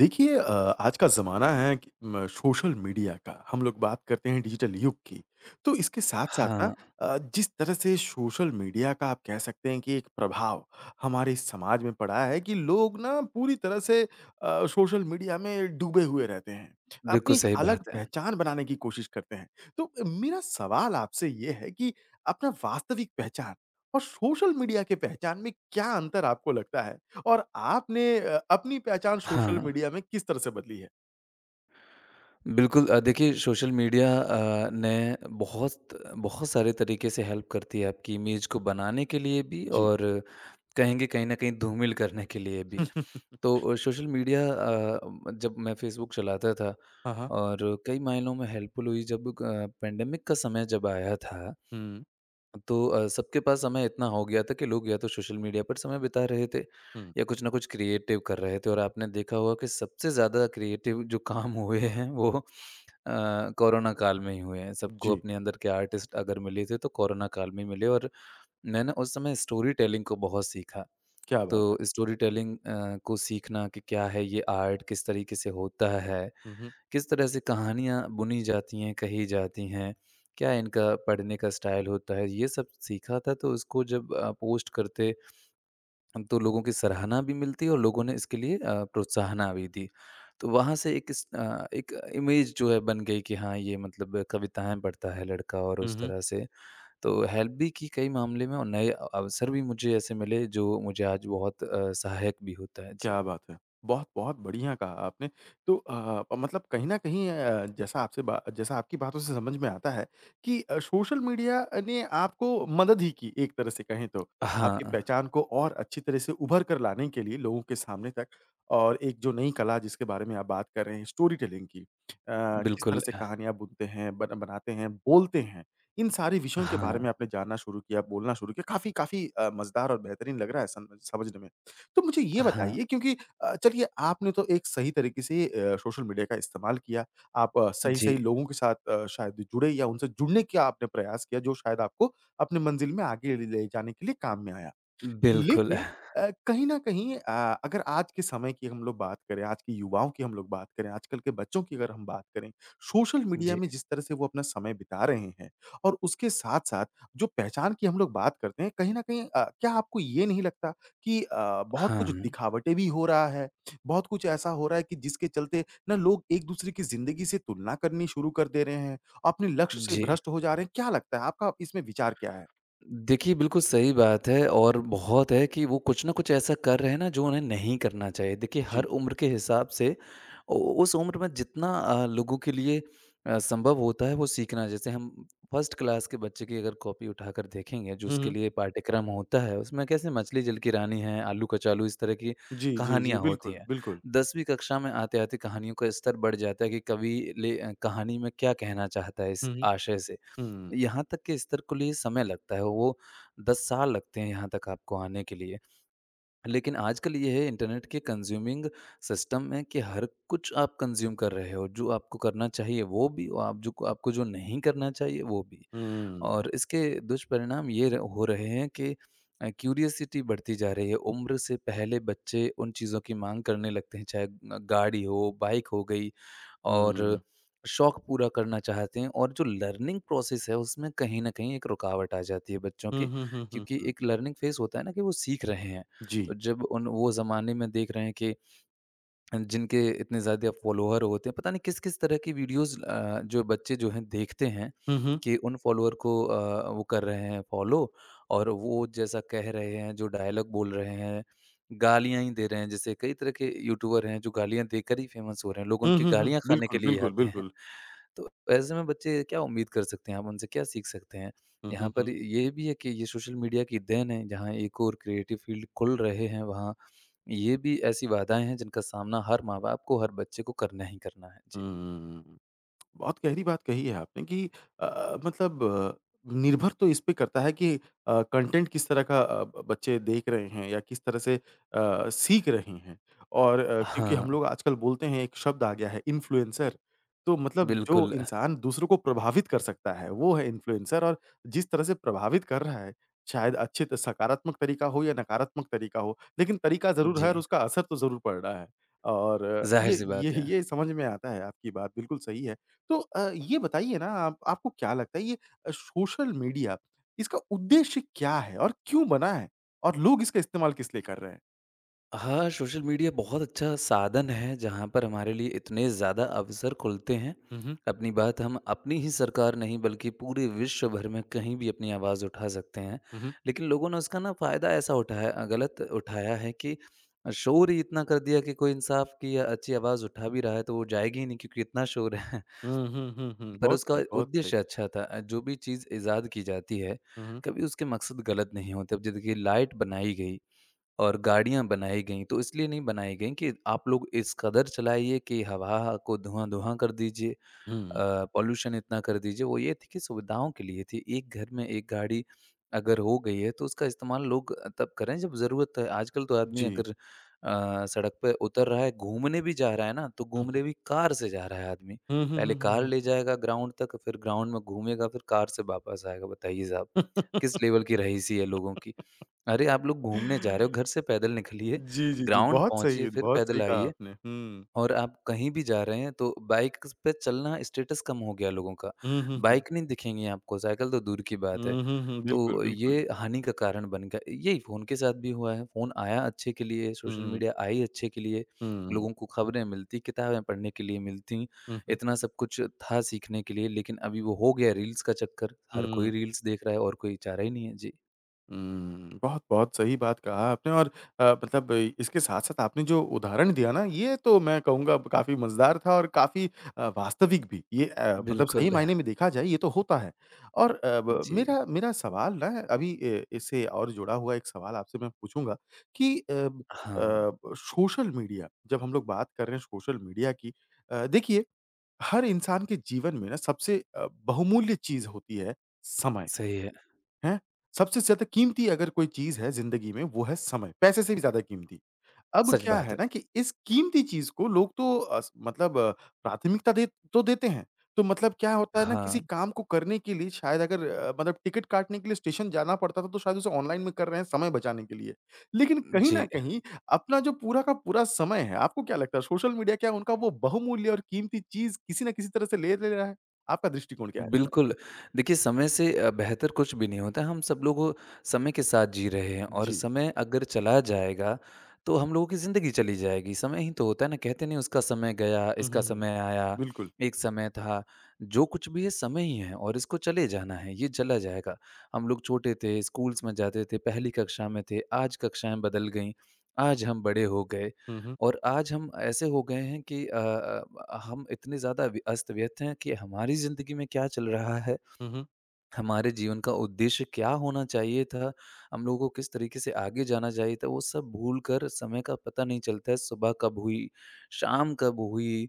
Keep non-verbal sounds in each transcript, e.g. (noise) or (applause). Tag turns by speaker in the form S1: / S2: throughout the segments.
S1: देखिए, आज का ज़माना है कि म सोशल मीडिया का, हम लोग बात करते हैं डिजिटल युग की। तो इसके साथ-साथ ना
S2: हाँ,
S1: जिस तरह से सोशल मीडिया का आप कह सकते हैं कि एक प्रभाव हमारे समाज में पड़ा है कि लोग ना पूरी तरह से सोशल मीडिया में डूबे हुए रहते हैं। अपनी
S2: बिल्कुल
S1: एक
S2: सही
S1: अलग
S2: बात है।
S1: पहचान बनाने की कोशिश करते हैं। तो मेरा सवाल आपसे ये है कि अपना वास्तविक पहचान और सोशल मीडिया के पहचान में क्या अंतर आपको लगता है? और आपने अपनी पहचान सोशल
S2: हाँ,
S1: मीडिया में किस तरह से बदली है?
S2: बिल्कुल, देखिए सोशल मीडिया ने बहुत बहुत सारे तरीके से हेल्प करती है आपकी इमेज को बनाने के लिए भी
S1: जी।
S2: और कहेंगे कहीं न कहीं धूमिल करने के लिए भी। तो
S1: (laughs)
S2: सोशल मीडिया, जब मैं फेसबुक चलाता था
S1: हाँ, हाँ।
S2: और कई मायनों में हेल्पफुल हुई जब क पैंडेमिक का समय जब आया था
S1: हुँ,
S2: तो सबके पास समय इतना हो गया था कि लोग या तो सोशल मीडिया पर समय बिता रहे थे
S1: हुँ।
S2: या कुछ ना कुछ क्रिएटिव कर रहे थे और आपने देखा होगा कि सबसे ज़्यादा क्रिएटिव जो काम (laughs) हुए हैं वो, कोरोना काल में ही हुए हैं। सबको
S1: जी,
S2: अपने अंदर के आर्टिस्ट अगर मिले थे तो कोरोना काल में ही मिले और मैंने उस समय स्टोरी टेलिंग को बहुत सीखा।
S1: क्या बात है।
S2: तो स्टोरी टेलिंग को सीखना कि क्या है ये आर्ट, किस तरीके से होता है,
S1: हुँ, हुँ।
S2: किस तरह से कहानियाँ बुनी जाती हैं, कही जाती हैं, क्या इनका पढ़ने का स्टाइल होता है, ये सब सीखा था तो उसको जब पोस्ट करते तो लोगों की सराहना भी मिलती और लोगों ने इसके लिए प्रोत्साहना भी दी। तो वहाँ से एक इमेज जो है बन गई कि हाँ, ये मतलब कविताएँ पढ़ता है लड़का और
S1: हुँ,
S2: उस
S1: हुँ।
S2: तरह से तो हेल्प भी की कई मामले में और नए अवसर भी मुझे ऐसे मिले जो मुझे आज बहुत, सहायक भी होता है। जी।
S1: क्या बात है! बहुत-बहुत बढ़िया कहा आपने। तो मतलब कहीं न कहीं जैसा आपसे बा जैसा आपकी बातों से समझ में आता है कि सोशल मीडिया ने आपको मदद ही की एक तरह से कहें तो। आपकी
S2: हाँ,
S1: पहचान को और अच्छी तरह से उभर कर लाने के लिए लोगों के सामने तक और एक जो नई कला जिसके बारे में आप बात कर रहे हैं स्टोरी टेलिंग की। किस तरह
S2: बिल्कुल।
S1: से कहानियाँ बुनते हैं, बन बनाते हैं, बोलते हैं। इन सारे विषयों के बारे
S2: हाँ,
S1: में आपने जानना शुरू किया, बोलना शुरू किया। काफ़ी काफ़ी मज़ेदार और बेहतरीन लग रहा है सन समझने में। तो मुझे ये
S2: हाँ।
S1: बताइए क्योंकि चलिए आपने तो एक सही तरीके से सोशल मीडिया का इस्तेमाल किया, आप
S2: जी,
S1: सही-सही लोगों के साथ शायद जुड़े या उनसे जुड़ने का आपने प्रयास किया जो शायद आपको अपनी मंजिल में आगे ले जाने के लिए काम में आया।
S2: बिल्कुल।
S1: लेकिन कहीं न कहीं अगर आज के समय की हम लोग बात करें, आज के युवाओं की हम लोग बात करें, आजकल के बच्चों की अगर हम बात करें, सोशल मीडिया
S2: जी,
S1: में जिस तरह से वो अपना समय बिता रहे हैं और उसके साथ-साथ जो पहचान की हम लोग बात करते हैं, कहीं न कहीं क्या आपको ये नहीं लगता कि बहुत कुछ
S2: हाँ,
S1: दिखावटें भी हो रहा है, बहुत कुछ ऐसा हो रहा है कि जिसके चलते ना लोग एक-दूसरे की ज़िंदगी से तुलना करनी शुरू कर दे रहे हैं, अपने लक्ष्य से
S2: जी।
S1: भ्रष्ट हो जा रहे हैं, क्या लगता है? आपका इसमें विचार क्या है?
S2: देखिए, बिल्कुल सही बात है और बहुत है कि वो कुछ न कुछ ऐसा कर रहे हैं ना, जो उन्हें नहीं करना चाहिए। देखिए, हर
S1: जी।
S2: उम्र के हिसाब से उ उस उम्र में जितना, लोगों के लिए संभव होता है, वो सीखना। जैसे हम फर्स्ट क्लास के बच्चे की अगर कॉपी उठाकर देखेंगे, जो
S1: हुँ,
S2: उसके
S1: हुँ।
S2: लिए पाठ्यक्रम होता है, उसमें कैसे मछली जल की रानी है, आलू कचालू, इस तरह की
S1: जी, जी, जी,
S2: कहानियाँ होती
S1: बिल्कुल,
S2: हैं।
S1: बिल्कुल।
S2: 10वीं कक्षा में आते-आते कहानियों का स्तर बढ़ जाता है कि कवि कहानी में क्या कहना चाहता है इस
S1: हुँ, हुँ।
S2: आशय से।
S1: हुँ,
S2: यहाँ तक के स्तर को लिए समय लगता है, वो 10 साल लगते हैं यहाँ तक आपको आने के लिए। लेकिन आजकल ये है इंटरनेट के कंज़्यूमिंग सिस्टम में कि हर कुछ आप कंज़्यूम कर रहे हो, जो आपको करना चाहिए वो भी और आप जो आपको जो नहीं करना चाहिए वो भी।
S1: हुँ,
S2: और इसके दुष्परिणाम ये र हो रहे हैं कि क्यूरियोसिटी बढ़ती जा रही है, उम्र से पहले बच्चे उन चीज़ों की माँग करने लगते हैं, चाहे गाड़ी हो, बाइक हो गई, और
S1: हुँ,
S2: शौक पूरा करना चाहते हैं और जो लर्निंग प्रोसेस है उसमें कहीं न कहीं एक रुकावट आ जाती है बच्चों
S1: हुँ,
S2: की,
S1: हुँ, हुँ, हुँ,
S2: क्योंकि
S1: हुँ।
S2: एक लर्निंग फेज़ होता है ना कि वो सीख रहे हैं। तो
S1: जी।
S2: जब उन वो ज़माने में देख रहे हैं कि जिनके इतने ज़्यादा फॉलोअर होते हैं, पता नहीं किस-किस तरह की वीडियोज़, जो बच्चे जो हैं देखते हैं
S1: हुँ, हुँ।
S2: कि उन फॉलोअर को, वो कर रहे हैं फॉलो, और वो जैसा कह रहे हैं, जो डायलॉग बोल रहे हैं, गालियाँ ही दे रहे हैं। जैसे कई तरह के यूट्यूबर हैं जो गालियाँ देकर ही फेमस हो रहे हैं, लोग
S1: हुँ,
S2: उनकी
S1: हुँ, हुँ।
S2: गालियाँ खाने के
S1: बिल्कुल,
S2: लिए ही
S1: बिल्कुल,
S2: आते हैं।
S1: बिल्कुल।
S2: तो ऐसे में बच्चे क्या उम्मीद कर सकते हैं, हम उनसे क्या सीख सकते हैं?
S1: हुँ, हुँ,
S2: यहाँ पर
S1: हुँ।
S2: ये भी है कि ये सोशल मीडिया की देन है, जहाँ एक और क्रिएटिव फील्ड खुल रहे हैं, वहाँ ये भी ऐसी बाधाएँ हैं जिनका सामना हर माँ-बाप को, हर बच्चे को करना ही करना है। जी।
S1: हुँ। बहुत गहरी बात कही है आपने कि मतलब निर्भर तो इस पे करता है कि कंटेंट किस तरह का ब बच्चे देख रहे हैं या किस तरह से सीख रहे हैं और क्योंकि
S2: हाँ,
S1: हम लोग आजकल बोलते हैं एक शब्द आ गया है इन्फ्लुएंसर, तो मतलब जो
S2: बिल्कुल।
S1: इंसान दूसरों को प्रभावित कर सकता है, वो है इन्फ्लुएंसर और जिस तरह से प्रभावित कर रहा है, शायद अच्छे त सकारात्मक तरीका हो या नकारात्मक तरीका हो, लेकिन तरीका ज़रूर है और
S2: जी,
S1: उसका असर तो ज़रूर पड़ रहा है और ये
S2: ज़ाहिर-सी
S1: ये
S2: बात है।
S1: ये समझ में आता है आपकी बात, बिल्कुल सही है। तो ये बताइए ना आप आपको क्या लगता है ये सोशल मीडिया इसका उद्देश्य क्या है और क्यों बना है? और लोग इसका इस्तेमाल किस लिए कर रहे हैं?
S2: हाँ, सोशल मीडिया बहुत अच्छा साधन है, जहाँ पर हमारे लिए इतने ज़्यादा अवसर खुलते हैं।
S1: हुँ, हुँ।
S2: अपनी बात हम अपनी ही सरकार नहीं बल्कि पूरे विश्व भर में कहीं भी अपनी आवाज़ उठा सकते हैं।
S1: हुँ, हुँ।
S2: लेकिन लोगों ने उसका ना फ़ायदा ऐसा उठाया, गलत उठाया है कि शोर ही इतना कर दिया कि कोई इंसाफ की या अच्छी आवाज़ उठा भी रहा है तो वो जाएगी ही नहीं क्योंकि इतना शोर है।
S1: हुँ, हुँ, हुँ, हुँ।
S2: (laughs) पर
S1: बहुत
S2: उसका
S1: सही, बहुत सही।
S2: उद्देश्य अच्छा था। जो भी चीज़ इज़ाद की जाती है,
S1: हुँ, हुँ।
S2: कभी उसके मकसद गलत नहीं होते। अब जो देखिए लाइट बनाई गई और गाड़ियाँ बनाई गईं, तो इसलिए नहीं बनाई गईं कि आप लोग इस कदर चलाइए कि हवा को धुआँ-धुआँ कर दीजिए,
S1: हुँ।
S2: पॉल्यूशन इतना कर दीजिए। वो ये थी कि सुविधाओं के लिए थी। एक घर में 1 गाड़ी अगर हो गई है, तो उसका इस्तेमाल लोग तब करें जब ज़रूरत है। आजकल तो आदमी
S1: जी।
S2: अगर सड़क पे उतर रहा है, घूमने भी जा रहा है ना, तो
S1: हुँ, हुँ।
S2: घूमने भी कार से जा रहा है आदमी।
S1: हुँ, हुँ,
S2: पहले
S1: हुँ,
S2: कार
S1: हुँ।
S2: ले जाएगा ग्राउंड तक, फिर ग्राउंड में घूमेगा, फिर कार से वापस आएगा। बताइए साहब, किस
S1: (laughs)
S2: लेवल की रहीसी है लोगों की। अरे! आप लोग घूमने जा रहे हो, घर से पैदल निकलिए,
S1: जी, जी, जी।
S2: ग्राउंड पहुँचिए, फिर
S1: बहुत सही
S2: पैदल
S1: कहा
S2: आइए।
S1: आपने। हुँ।
S2: और आप कहीं भी जा रहे हैं तो बाइक स पे चलना स्टेटस कम हो गया लोगों का।
S1: हुँ, हुँ, हुँ।
S2: बाइक नहीं दिखेंगी आपको, साइकिल तो दूर की बात है।
S1: हुँ, हुँ, हुँ। बिल्कुल,
S2: तो
S1: बिल्कुल।
S2: ये हानि का कारण बन गया। यही फ़ोन के साथ भी हुआ है, फ़ोन आया अच्छे के लिए,
S1: हुँ,
S2: सोशल
S1: हुँ।
S2: मीडिया आई अच्छे के लिए,
S1: हुँ, हुँ।
S2: लोगों को खबरें मिलती, किताबें पढ़ने के लिए मिलती,
S1: हुँ, हुँ।
S2: इतना सब कुछ था सीखने के लिए, लेकिन अभी वो हो गया रील्स का चक्कर। हर
S1: हुँ।
S2: कोई रील्स देख रहा है और कोई चारा ही नहीं है। जी।
S1: हुँ, बहुत-बहुत सही बात कहा आपने और मतलब इसके साथ-साथ आपने जो उदाहरण दिया ना, ये तो मैं कहूँगा काफ़ी मज़ेदार था और काफ़ी वास्तविक भी। ये मतलब सही
S2: बिल्कुल।
S1: मायने में देखा जाए ये तो होता है। और
S2: (laughs)
S1: ब
S2: जी।
S1: मेरा मेरा सवाल ना अभी इससे और जुड़ा हुआ एक सवाल आपसे मैं पूछूँगा कि
S2: हाँ,
S1: सोशल मीडिया जब हम लोग बात कर रहे हैं सोशल मीडिया की देखिए हर इंसान के जीवन में ना सबसे बहुमूल्य चीज़ होती है समय।
S2: सही है।
S1: हैं? सबसे ज़्यादा कीमती अगर कोई चीज़ है ज़िंदगी में वो है समय, पैसे से भी ज़्यादा कीमती। अब
S2: सच
S1: क्या
S2: बात
S1: है
S2: है।
S1: ना कि इस कीमती चीज़ को लोग तो अस मतलब प्राथमिकता दे तो देते हैं। तो मतलब क्या होता है ना किसी
S2: हाँ,
S1: काम को करने के लिए शायद अगर मतलब टिकट काटने के लिए स्टेशन जाना पड़ता था तो शायद उसे ऑनलाइन में कर रहे हैं समय बचाने के लिए। लेकिन कहीं न
S2: जी,
S1: कहीं अपना जो पूरा का पूरा समय है, आपको क्या लगता है सोशल मीडिया क्या उनका वो बहुमूल्य और कीमती चीज़ किसी न किसी तरह से ले ले रहा है? आपका दृष्टिकोण क्या है इसमें?
S2: बिल्कुल। देखिए समय से, बेहतर कुछ भी नहीं होता है। हम सब लोग समय के साथ जी रहे हैं और
S1: जी।
S2: समय अगर चला जाएगा, तो हम लोगों की ज़िंदगी चली जाएगी। समय ही तो होता है ना, कहते नहीं उसका समय गया,
S1: हुँ,
S2: इसका
S1: हुँ, हुँ।
S2: समय आया,
S1: बिल्कुल।
S2: एक समय था। जो कुछ भी है समय ही है और इसको चले जाना है, ये चला जाएगा। हम लोग छोटे थे, स्कूल्स में जाते थे, पहली कक्षा में थे, आज कक्षाएँ बदल गईं, आज हम बड़े हो गए।
S1: हुँ, हुँ।
S2: और आज हम ऐसे हो गए हैं कि, हम इतने ज़्यादा अभी अस्त-व्यस्त हैं कि हमारी ज़िंदगी में क्या चल रहा है,
S1: हुँ, हुँ।
S2: हमारे जीवन का उद्देश्य क्या होना चाहिए था, हम लोगों को किस तरीके से आगे जाना चाहिए था, वो सब भूल कर समय का पता नहीं चलता है, सुबह कब हुई।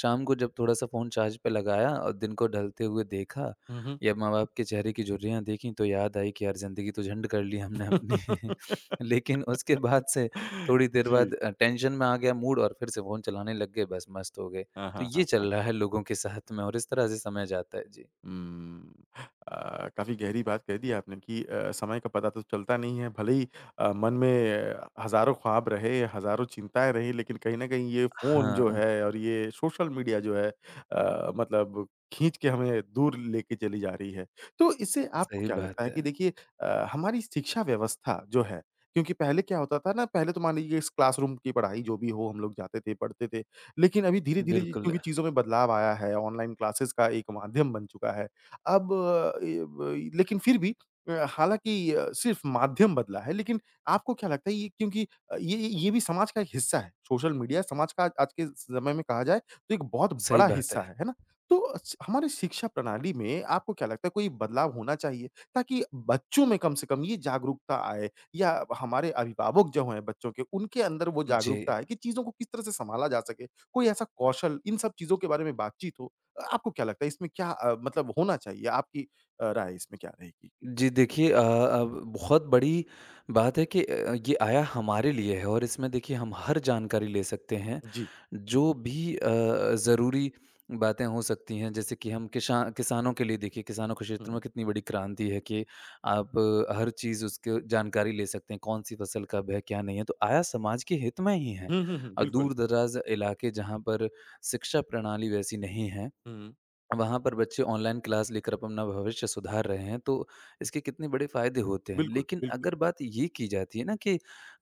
S2: शाम को जब थोड़ा-सा फ़ोन चार्ज पे लगाया और दिन को ढलते हुए देखा
S1: हुँ, हुँ।
S2: या माँ-बाप के चेहरे की झुर्रियाँ देखी तो याद आई कि यार ज़िंदगी तो झंड कर ली हमने अपनी।
S1: (laughs)
S2: (laughs) लेकिन उसके बाद से थोड़ी देर
S1: जी।
S2: बाद, टेंशन में आ गया मूड और फिर से फ़ोन चलाने लग गए, बस मस्त हो गए।
S1: हाँ,
S2: तो
S1: हाँ,
S2: ये
S1: हाँ।
S2: चल रहा है लोगों के साथ में और इस तरह से समय जाता है। जी।
S1: हुँ। काफ़ी गहरी बात कह दी आपने कि समय का पता तो चलता नहीं है। भले ही मन में हज़ारों ख्वाब रहे, हज़ारों चिंताएँ रहीं, लेकिन कहीं न कहीं ये फ़ोन जो
S2: हाँ।
S1: है और ये सोशल मीडिया जो है मतलब खींच के हमें दूर लेके चली जा रही है। तो इससे आपको
S2: सही
S1: क्या लगता
S2: बात
S1: है
S2: है।
S1: कि देखिए हमारी शिक्षा व्यवस्था जो है क्योंकि पहले क्या होता था ना, पहले तो मान लीजिए इस क्लासरूम की पढ़ाई जो भी हो हम लोग जाते थे, पढ़ते थे। लेकिन अभी धीरे-धीरे
S2: बिल्कुल,
S1: क्योंकि चीज़ों में बदलाव आया है, ऑनलाइन क्लासेस का एक माध्यम बन चुका है। अब ए ब लेकिन फिर भी हालाँकि सिर्फ़ माध्यम बदला है, लेकिन आपको क्या लगता है ये क्योंकि ये भी समाज का एक हिस्सा है, सोशल मीडिया समाज का आज आज के समय में कहा जाए तो एक बहुत
S2: सही
S1: बड़ा
S2: बात
S1: हिस्सा
S2: है।
S1: है ना? तो स हमारी शिक्षा प्रणाली में आपको क्या लगता है कोई बदलाव होना चाहिए ताकि बच्चों में कम से कम ये जागरूकता आए या हमारे अभिभावक जो हैं बच्चों के, उनके अंदर वो
S2: जी।
S1: जागरूकता आए कि चीज़ों को किस तरह से सँभाला जा सके? कोई ऐसा कौशल इन सब चीज़ों के बारे में बातचीत हो। आपको क्या लगता है इसमें क्या मतलब होना चाहिए? आपकी राय इसमें क्या रहेगी?
S2: जी, देखिए, अब बहुत बड़ी बात है कि ये आया हमारे लिए है और इसमें देखिए हम हर जानकारी ले सकते हैं,
S1: जी।
S2: जो भी ज़रूरी बातें हो सकती हैं। जैसे कि हम किसा किसानों के लिए देखिए किसानों के
S1: हुँ,
S2: क्षेत्र में
S1: हुँ।
S2: कितनी बड़ी क्रांति है कि आप, हर चीज़ उसकी जानकारी ले सकते हैं, कौन-सी फ़सल कब है, क्या नहीं है। तो आया समाज के हित में ही है।
S1: हुँ, हुँ, हुँ। बिल्कुल।
S2: दूर-दराज़ इलाके जहाँ पर शिक्षा प्रणाली वैसी नहीं है,
S1: हुँ।
S2: वहाँ पर बच्चे ऑनलाइन क्लास लेकर अपना भविष्य सुधार रहे हैं, तो इसके कितने बड़े फ़ायदे होते हैं।
S1: बिल्कुल,
S2: लेकिन
S1: बिल्कुल।
S2: अगर बात ये की जाती है ना कि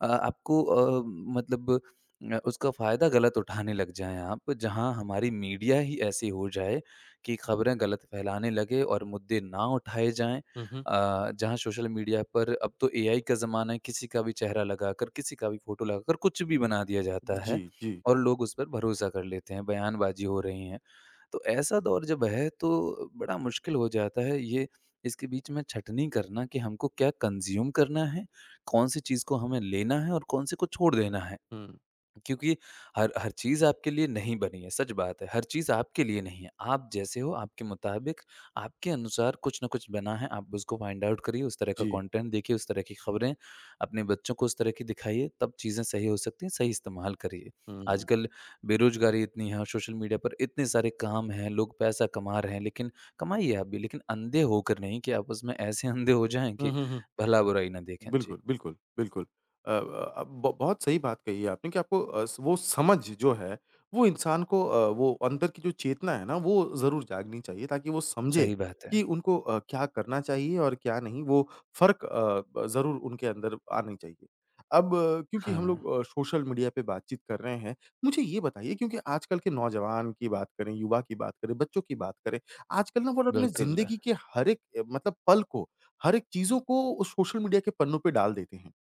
S2: आपको, मतलब, उसका फ़ायदा गलत उठाने लग जाएँ आप, जहाँ हमारी मीडिया ही ऐसी हो जाए कि खबरें गलत फैलाने लगे और मुद्दे ना उठाए जाएँ।
S1: हुँ, हुँ।
S2: जहाँ सोशल मीडिया पर अब तो एआई का ज़माना है, किसी का भी चेहरा लगाकर, किसी का भी फ़ोटो लगाकर कुछ भी बना दिया जाता
S1: जी,
S2: है
S1: जी।
S2: और लोग उस पर भरोसा कर लेते हैं, बयानबाज़ी हो रही है। तो ऐसा दौर जब है तो बड़ा मुश्किल हो जाता है ये इसके बीच में छँटनी करना कि हमको क्या कंज़्यूम करना है, कौन-सी चीज़ को हमें लेना है और कौन-से को छोड़ देना है।
S1: हुँ।
S2: क्योंकि हर हर चीज़ आपके लिए नहीं बनी है, सच बात है। हर चीज़ आपके लिए नहीं है। आप जैसे हो, आपके मुताबिक, आपके अनुसार कुछ न कुछ बना है, आप उसको फाइंड आउट करिए, उस तरह का
S1: जी।
S2: कंटेंट देखिए, उस तरह की खबरें, अपने बच्चों को उस तरह की दिखाइए, तब चीज़ें सही हो सकती हैं, सही इस्तेमाल करिए।
S1: हुँ।
S2: आजकल बेरोज़गारी इतनी है और सोशल मीडिया पर इतने सारे काम हैं, लोग पैसा कमा रहे हैं, लेकिन कमाइए आप भी, लेकिन अंधे होकर नहीं कि आप उसमें ऐसे अंधे हो जाएँ
S1: हुँ,
S2: कि
S1: हुँ, हुँ।
S2: भला-बुराई ना देखें। जी,
S1: बिल्कुल, बिल्कुल, बिल्कुल। अ अ, ब बहुत सही बात कही है आपने कि आपको वो समझ जो है, वो इंसान को वो अंदर की जो चेतना है ना, वो ज़रूर जागनी चाहिए ताकि वो समझे
S2: सही बात है।
S1: कि उनको क्या करना चाहिए और क्या नहीं, वो फ़र्क ब ज़रूर उनके अंदर आनी चाहिए। अब क्योंकि हम
S2: हाँ,
S1: लोग सोशल मीडिया पे बातचीत कर रहे हैं, मुझे ये बताइए क्योंकि आजकल के नौजवान की बात करें, युवा की बात करें, बच्चों की बात करें, आजकल ना वो अपने
S2: बिल्कुल।
S1: ज़िंदगी के हर एक मतलब पल को हर एक चीज़ों को उस सोशल मीडिया के पन्नों पे डाल देते हैं।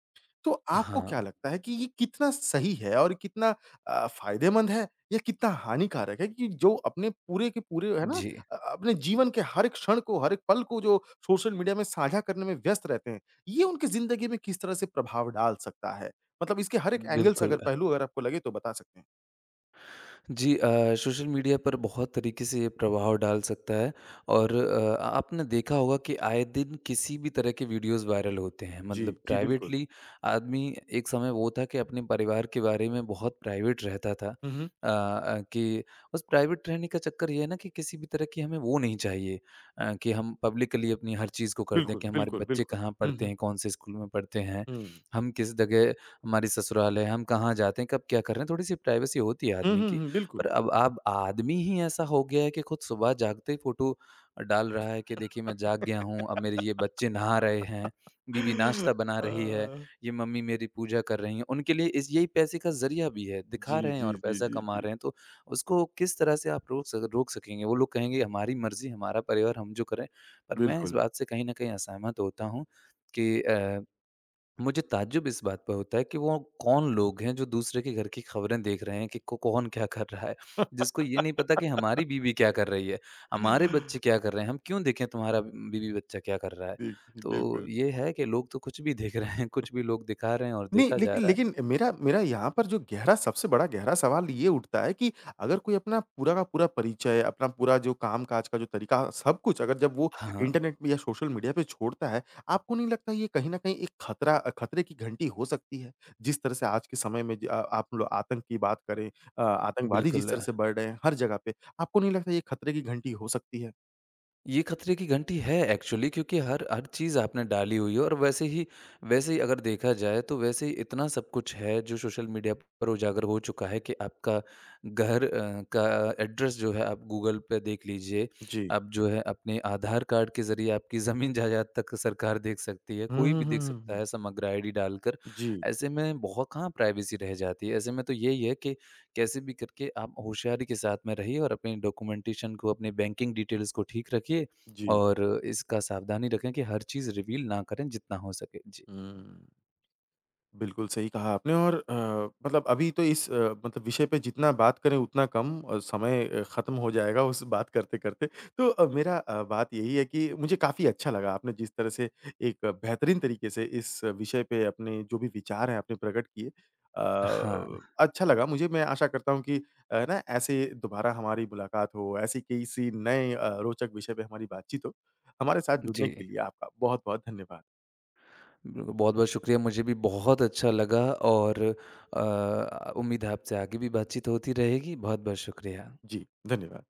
S1: तो आपको
S2: हाँ।
S1: क्या लगता है कि ये कितना सही है और कितना फ़ायदेमंद है या कितना हानिकारक है कि जो अपने पूरे के पूरे है ना
S2: जी,
S1: अपने जीवन के हर एक क्षण को, हर एक पल को जो सोशल मीडिया में साझा करने में व्यस्त रहते हैं, ये उनकी ज़िंदगी में किस तरह से प्रभाव डाल सकता है? मतलब इसके हर एक एंगल्स
S2: बिल्कुल।
S1: अगर पहलू अगर आपको लगे तो बता सकते हैं।
S2: जी, सोशल मीडिया पर बहुत तरीके से ये प्रभाव डाल सकता है और आपने देखा होगा कि आए दिन किसी भी तरह के वीडियोस वायरल होते हैं,
S1: जी,
S2: मतलब
S1: जी बिल्कुल।
S2: प्राइवेटली आदमी, एक समय वो था कि अपने परिवार के बारे में बहुत प्राइवेट रहता था।
S1: हुँ, हुँ।
S2: कि उस प्राइवेट रहने का चक्कर ये है ना कि किसी भी तरह की हमें वो नहीं चाहिए कि हम पब्लिकली अपनी हर चीज़ को कर दें
S1: बिल्कुल,
S2: कि हमारे
S1: बिल्कुल,
S2: बच्चे
S1: बिल्कुल।
S2: कहाँ
S1: हुँ,
S2: पढ़ते
S1: हुँ,
S2: हैं, कौन से स्कूल में पढ़ते हैं,
S1: हुँ।
S2: हम किस जगह, हमारी ससुराल है, हम कहाँ जाते हैं, कब क्या कर रहे हैं। थोड़ी सी प्राइवेसी होती है
S1: हुँ,
S2: आदमी
S1: हुँ,
S2: की।
S1: हुँ, बिल्कुल।
S2: पर अब आदमी ही ऐसा हो गया है कि खुद सुबह जागते ही फ़ोटो डाल रहा है कि देखिए मैं जाग गया हूँ, अब मेरे ये बच्चे नहा रहे हैं, बीवी
S1: (laughs)
S2: नाश्ता बना
S1: अ
S2: रही है, ये मम्मी मेरी पूजा कर रही हैं। उनके लिए इस यही पैसे का ज़रिया भी है,
S1: जी,
S2: दिखा रहे हैं
S1: जी,
S2: और
S1: जी,
S2: पैसा
S1: जी,
S2: कमा
S1: जी।
S2: रहे हैं, तो उसको किस तरह से आप रोक सकेंगे? वो लोग कहेंगे हमारी मर्ज़ी, हमारा परिवार, हम जो करें। पर मैं इस
S1: बिल्कुल।
S2: बात से कहीं न कहीं असहमत होता हूँ कि, मुझे ताज्जुब इस बात पर होता है कि वो कौन लोग हैं जो दूसरे के घर की खबरें देख रहे हैं कि को कौन क्या कर रहा है, जिसको ये नहीं पता कि हमारी बीवी क्या कर रही है, हमारे बच्चे
S1: (laughs)
S2: क्या कर रहे हैं, हम क्यों देखें तुम्हारा बीवी-बच्चा क्या कर रहा है।
S1: देखिए,
S2: तो
S1: बिल्कुल।
S2: ये है कि लोग तो कुछ भी देख रहे हैं, कुछ भी लोग दिखा रहे हैं और
S1: नहीं,
S2: देखा जा
S1: लेकिन
S2: रहा है।
S1: लेकिन मेरा मेरा यहाँ पर जो गहरा सबसे बड़ा गहरा सवाल ये उठता है कि अगर कोई अपना पूरा का पूरा परिचय, अपना पूरा जो काम-काज का जो तरीका, सब कुछ अगर जब वो
S2: हाँ,
S1: इंटरनेट में या सोशल मीडिया पे छोड़ता है, आपको नहीं लगता ये कहीं न कहीं एक खतरा खतरे की घंटी हो सकती है? जिस तरह से आज के समय में ज आप लो आतंक की बात करें आतंकवादी जिस
S2: बिल्कुल।
S1: तरह से बढ़ रहे हैं हर जगह पे, आपको नहीं लगता ये खतरे की घंटी हो सकती है?
S2: ये खतरे की घंटी है एक्चुअली, क्योंकि हर हर चीज़ आपने डाली हुई है और वैसे ही अगर देखा जाए तो वैसे ही इतना सब कुछ है जो सोशल मीडिया पर उजागर हो चुका है कि आपका घर, का एड्रेस जो है आप गूगल पे देख लीजिए।
S1: जी।
S2: आप जो है अपने आधार कार्ड के ज़रिए आपकी ज़मीन जायदाद तक सरकार देख सकती है,
S1: हुँ,
S2: कोई
S1: हुँ,
S2: भी
S1: हुँ,
S2: देख
S1: हुँ,
S2: सकता
S1: हुँ।
S2: है समग्र आईडी डालकर।
S1: जी,
S2: ऐसे में बहुत कहाँ प्राइवेसी रह जाती है, ऐसे में तो यही है कि कैसे भी करके आप होशियारी के साथ में रहिए और अपने डॉक्यूमेंटेशन को, अपने बैंकिंग डिटेल्स को ठीक रखिए
S1: जी।
S2: और इसका सावधानी रखें कि हर चीज़ रिवील ना करें जितना हो सके। जी।
S1: हुँ, बिल्कुल सही कहा आपने और मतलब अभी तो इस मतलब विषय पे जितना बात करें उतना कम और समय ख़त्म हो जाएगा उस बात करते-करते। तो मेरा बात यही है कि मुझे काफ़ी अच्छा लगा आपने जिस तरह से एक बेहतरीन तरीके से इस विषय पे अपने जो भी विचार हैं आपने प्रकट किए।
S2: हाँ,
S1: अच्छा लगा मुझे मैं आशा करता हूँ कि ना ऐसे दोबारा हमारी मुलाकात हो, ऐसे किसी नए रोचक विषय पे हमारी बातचीत हो। हमारे साथ
S2: जी।
S1: जुड़ने के लिए आपका बहुत-बहुत धन्यवाद।
S2: बिल्कुल, बहुत-बहुत शुक्रिया, मुझे भी बहुत अच्छा लगा। और, उम्मीद है आपसे आगे भी बातचीत होती रहेगी। बहुत-बहुत शुक्रिया।
S1: जी, धन्यवाद।